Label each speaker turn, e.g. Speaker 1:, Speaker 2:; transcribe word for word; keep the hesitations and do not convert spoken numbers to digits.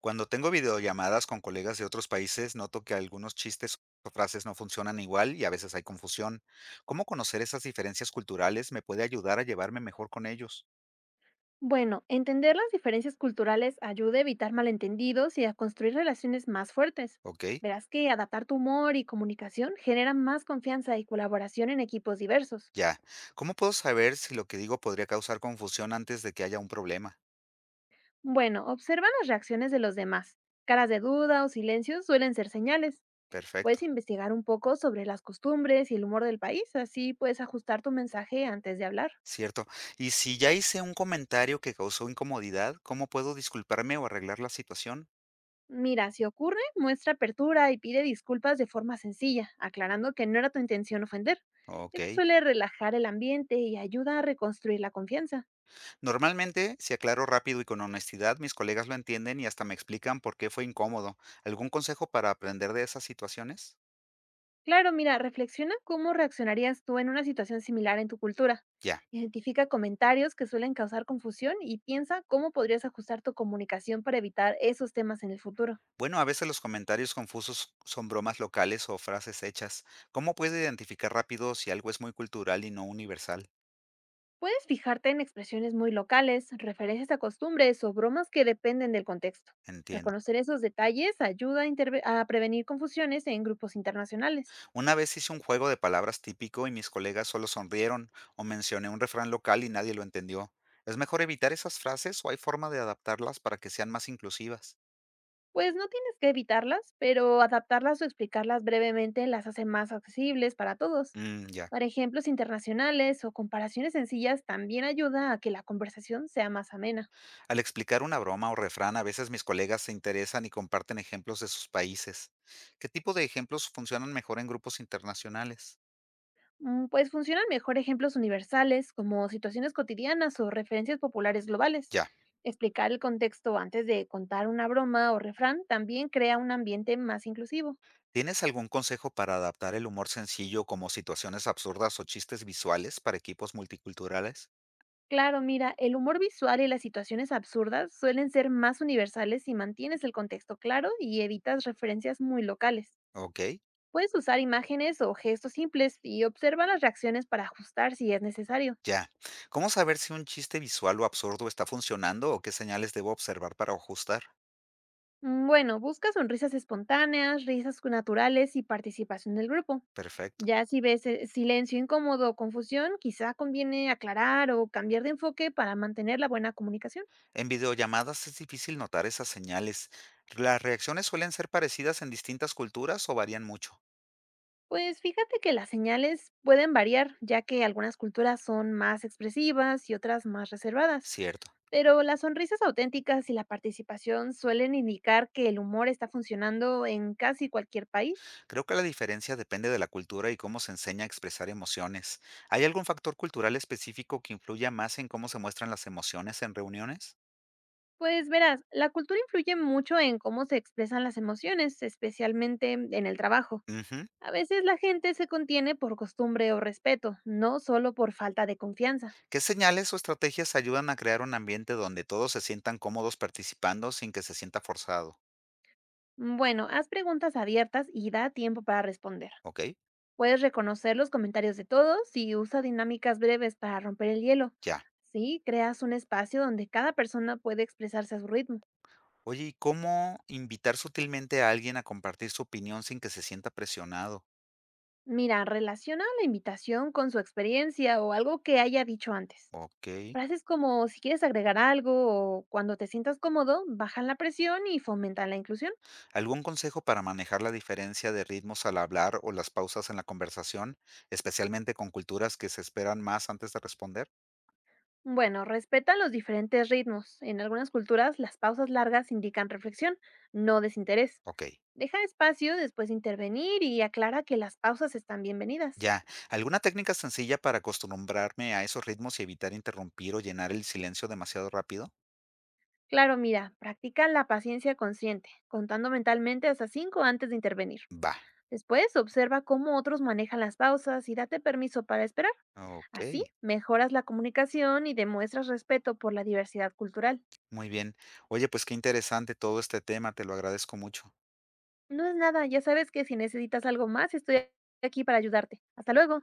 Speaker 1: Cuando tengo videollamadas con colegas de otros países, noto que algunos chistes o frases no funcionan igual y a veces hay confusión. ¿Cómo conocer esas diferencias culturales me puede ayudar a llevarme mejor con ellos?
Speaker 2: Bueno, entender las diferencias culturales ayuda a evitar malentendidos y a construir relaciones más fuertes.
Speaker 1: ¿Ok?
Speaker 2: Verás que adaptar tu humor y comunicación generan más confianza y colaboración en equipos diversos.
Speaker 1: Ya. ¿Cómo puedo saber si lo que digo podría causar confusión antes de que haya un problema?
Speaker 2: Bueno, observa las reacciones de los demás. Caras de duda o silencios suelen ser señales.
Speaker 1: Perfecto.
Speaker 2: Puedes investigar un poco sobre las costumbres y el humor del país, así puedes ajustar tu mensaje antes de hablar.
Speaker 1: Cierto. Y si ya hice un comentario que causó incomodidad, ¿cómo puedo disculparme o arreglar la situación?
Speaker 2: Mira, si ocurre, muestra apertura y pide disculpas de forma sencilla, aclarando que no era tu intención ofender.
Speaker 1: Ok.
Speaker 2: Eso suele relajar el ambiente y ayuda a reconstruir la confianza.
Speaker 1: Normalmente, si aclaro rápido y con honestidad, mis colegas lo entienden y hasta me explican por qué fue incómodo. ¿Algún consejo para aprender de esas situaciones?
Speaker 2: Claro, mira, reflexiona cómo reaccionarías tú en una situación similar en tu cultura.
Speaker 1: Ya.
Speaker 2: Identifica comentarios que suelen causar confusión y piensa cómo podrías ajustar tu comunicación para evitar esos temas en el futuro.
Speaker 1: Bueno, a veces los comentarios confusos son bromas locales o frases hechas. ¿Cómo puedo identificar rápido si algo es muy cultural y no universal?
Speaker 2: Puedes fijarte en expresiones muy locales, referencias a costumbres o bromas que dependen del contexto.
Speaker 1: Entiendo.
Speaker 2: Reconocer esos detalles ayuda a, interve- a prevenir confusiones en grupos internacionales.
Speaker 1: Una vez hice un juego de palabras típico y mis colegas solo sonrieron o mencioné un refrán local y nadie lo entendió. ¿Es mejor evitar esas frases o hay forma de adaptarlas para que sean más inclusivas?
Speaker 2: Pues no tienes que evitarlas, pero adaptarlas o explicarlas brevemente las hace más accesibles para todos.
Speaker 1: Mm, ya.
Speaker 2: Para ejemplos internacionales o comparaciones sencillas también ayuda a que la conversación sea más amena.
Speaker 1: Al explicar una broma o refrán, a veces mis colegas se interesan y comparten ejemplos de sus países. ¿Qué tipo de ejemplos funcionan mejor en grupos internacionales?
Speaker 2: Mm, Pues funcionan mejor ejemplos universales, como situaciones cotidianas o referencias populares globales.
Speaker 1: Ya.
Speaker 2: Explicar el contexto antes de contar una broma o refrán también crea un ambiente más inclusivo.
Speaker 1: ¿Tienes algún consejo para adaptar el humor sencillo como situaciones absurdas o chistes visuales para equipos multiculturales?
Speaker 2: Claro, mira, el humor visual y las situaciones absurdas suelen ser más universales si mantienes el contexto claro y evitas referencias muy locales.
Speaker 1: Ok,
Speaker 2: Puedes usar imágenes o gestos simples y observa las reacciones para ajustar si es necesario.
Speaker 1: ya. ¿Cómo saber si un chiste visual o absurdo está funcionando o qué señales debo observar para ajustar?
Speaker 2: Mm, Bueno, busca sonrisas espontáneas, risas naturales y participación del grupo.
Speaker 1: Perfecto.
Speaker 2: Ya si ves eh, silencio incómodo o confusión, quizá conviene aclarar o cambiar de enfoque para mantener la buena comunicación.
Speaker 1: En videollamadas es difícil notar esas señales. ¿Las reacciones suelen ser parecidas en distintas culturas o varían mucho?
Speaker 2: Pues fíjate que las señales pueden variar, ya que algunas culturas son más expresivas y otras más reservadas.
Speaker 1: Cierto.
Speaker 2: Pero las sonrisas auténticas y la participación suelen indicar que el humor está funcionando en casi cualquier país.
Speaker 1: Creo que la diferencia depende de la cultura y cómo se enseña a expresar emociones. ¿Hay algún factor cultural específico que influya más en cómo se muestran las emociones en reuniones?
Speaker 2: Pues verás, la cultura influye mucho en cómo se expresan las emociones, especialmente en el trabajo.
Speaker 1: Ujú.
Speaker 2: A veces la gente se contiene por costumbre o respeto, no solo por falta de confianza.
Speaker 1: ¿Qué señales o estrategias ayudan a crear un ambiente donde todos se sientan cómodos participando sin que se sienta forzado?
Speaker 2: Bueno, haz preguntas abiertas y da tiempo para responder.
Speaker 1: ¿Ok?
Speaker 2: Puedes reconocer los comentarios de todos y usa dinámicas breves para romper el hielo.
Speaker 1: Ya.
Speaker 2: Sí, creas un espacio donde cada persona puede expresarse a su ritmo.
Speaker 1: Oye, ¿y cómo invitar sutilmente a alguien a compartir su opinión sin que se sienta presionado?
Speaker 2: Mira, relaciona la invitación con su experiencia o algo que haya dicho antes.
Speaker 1: ¿Ok?
Speaker 2: Frases como si quieres agregar algo o cuando te sientas cómodo, bajan la presión y fomentan la inclusión.
Speaker 1: ¿Algún consejo para manejar la diferencia de ritmos al hablar o las pausas en la conversación, especialmente con culturas que se esperan más antes de responder?
Speaker 2: Bueno, respetan los diferentes ritmos. En algunas culturas, las pausas largas indican reflexión, no desinterés.
Speaker 1: Ok,
Speaker 2: Deja espacio después de intervenir y aclara que las pausas están bienvenidas.
Speaker 1: ya. ¿Alguna técnica sencilla para acostumbrarme a esos ritmos y evitar interrumpir o llenar el silencio demasiado rápido?
Speaker 2: Claro, mira, practica la paciencia consciente, contando mentalmente hasta cinco antes de intervenir.
Speaker 1: Va.
Speaker 2: Después, observa cómo otros manejan las pausas y date permiso para esperar.
Speaker 1: Ok,
Speaker 2: Así, mejoras la comunicación y demuestras respeto por la diversidad cultural.
Speaker 1: muy bien. Oye, pues qué interesante todo este tema, te lo agradezco mucho.
Speaker 2: No es nada, ya sabes que si necesitas algo más, estoy aquí para ayudarte. Hasta luego.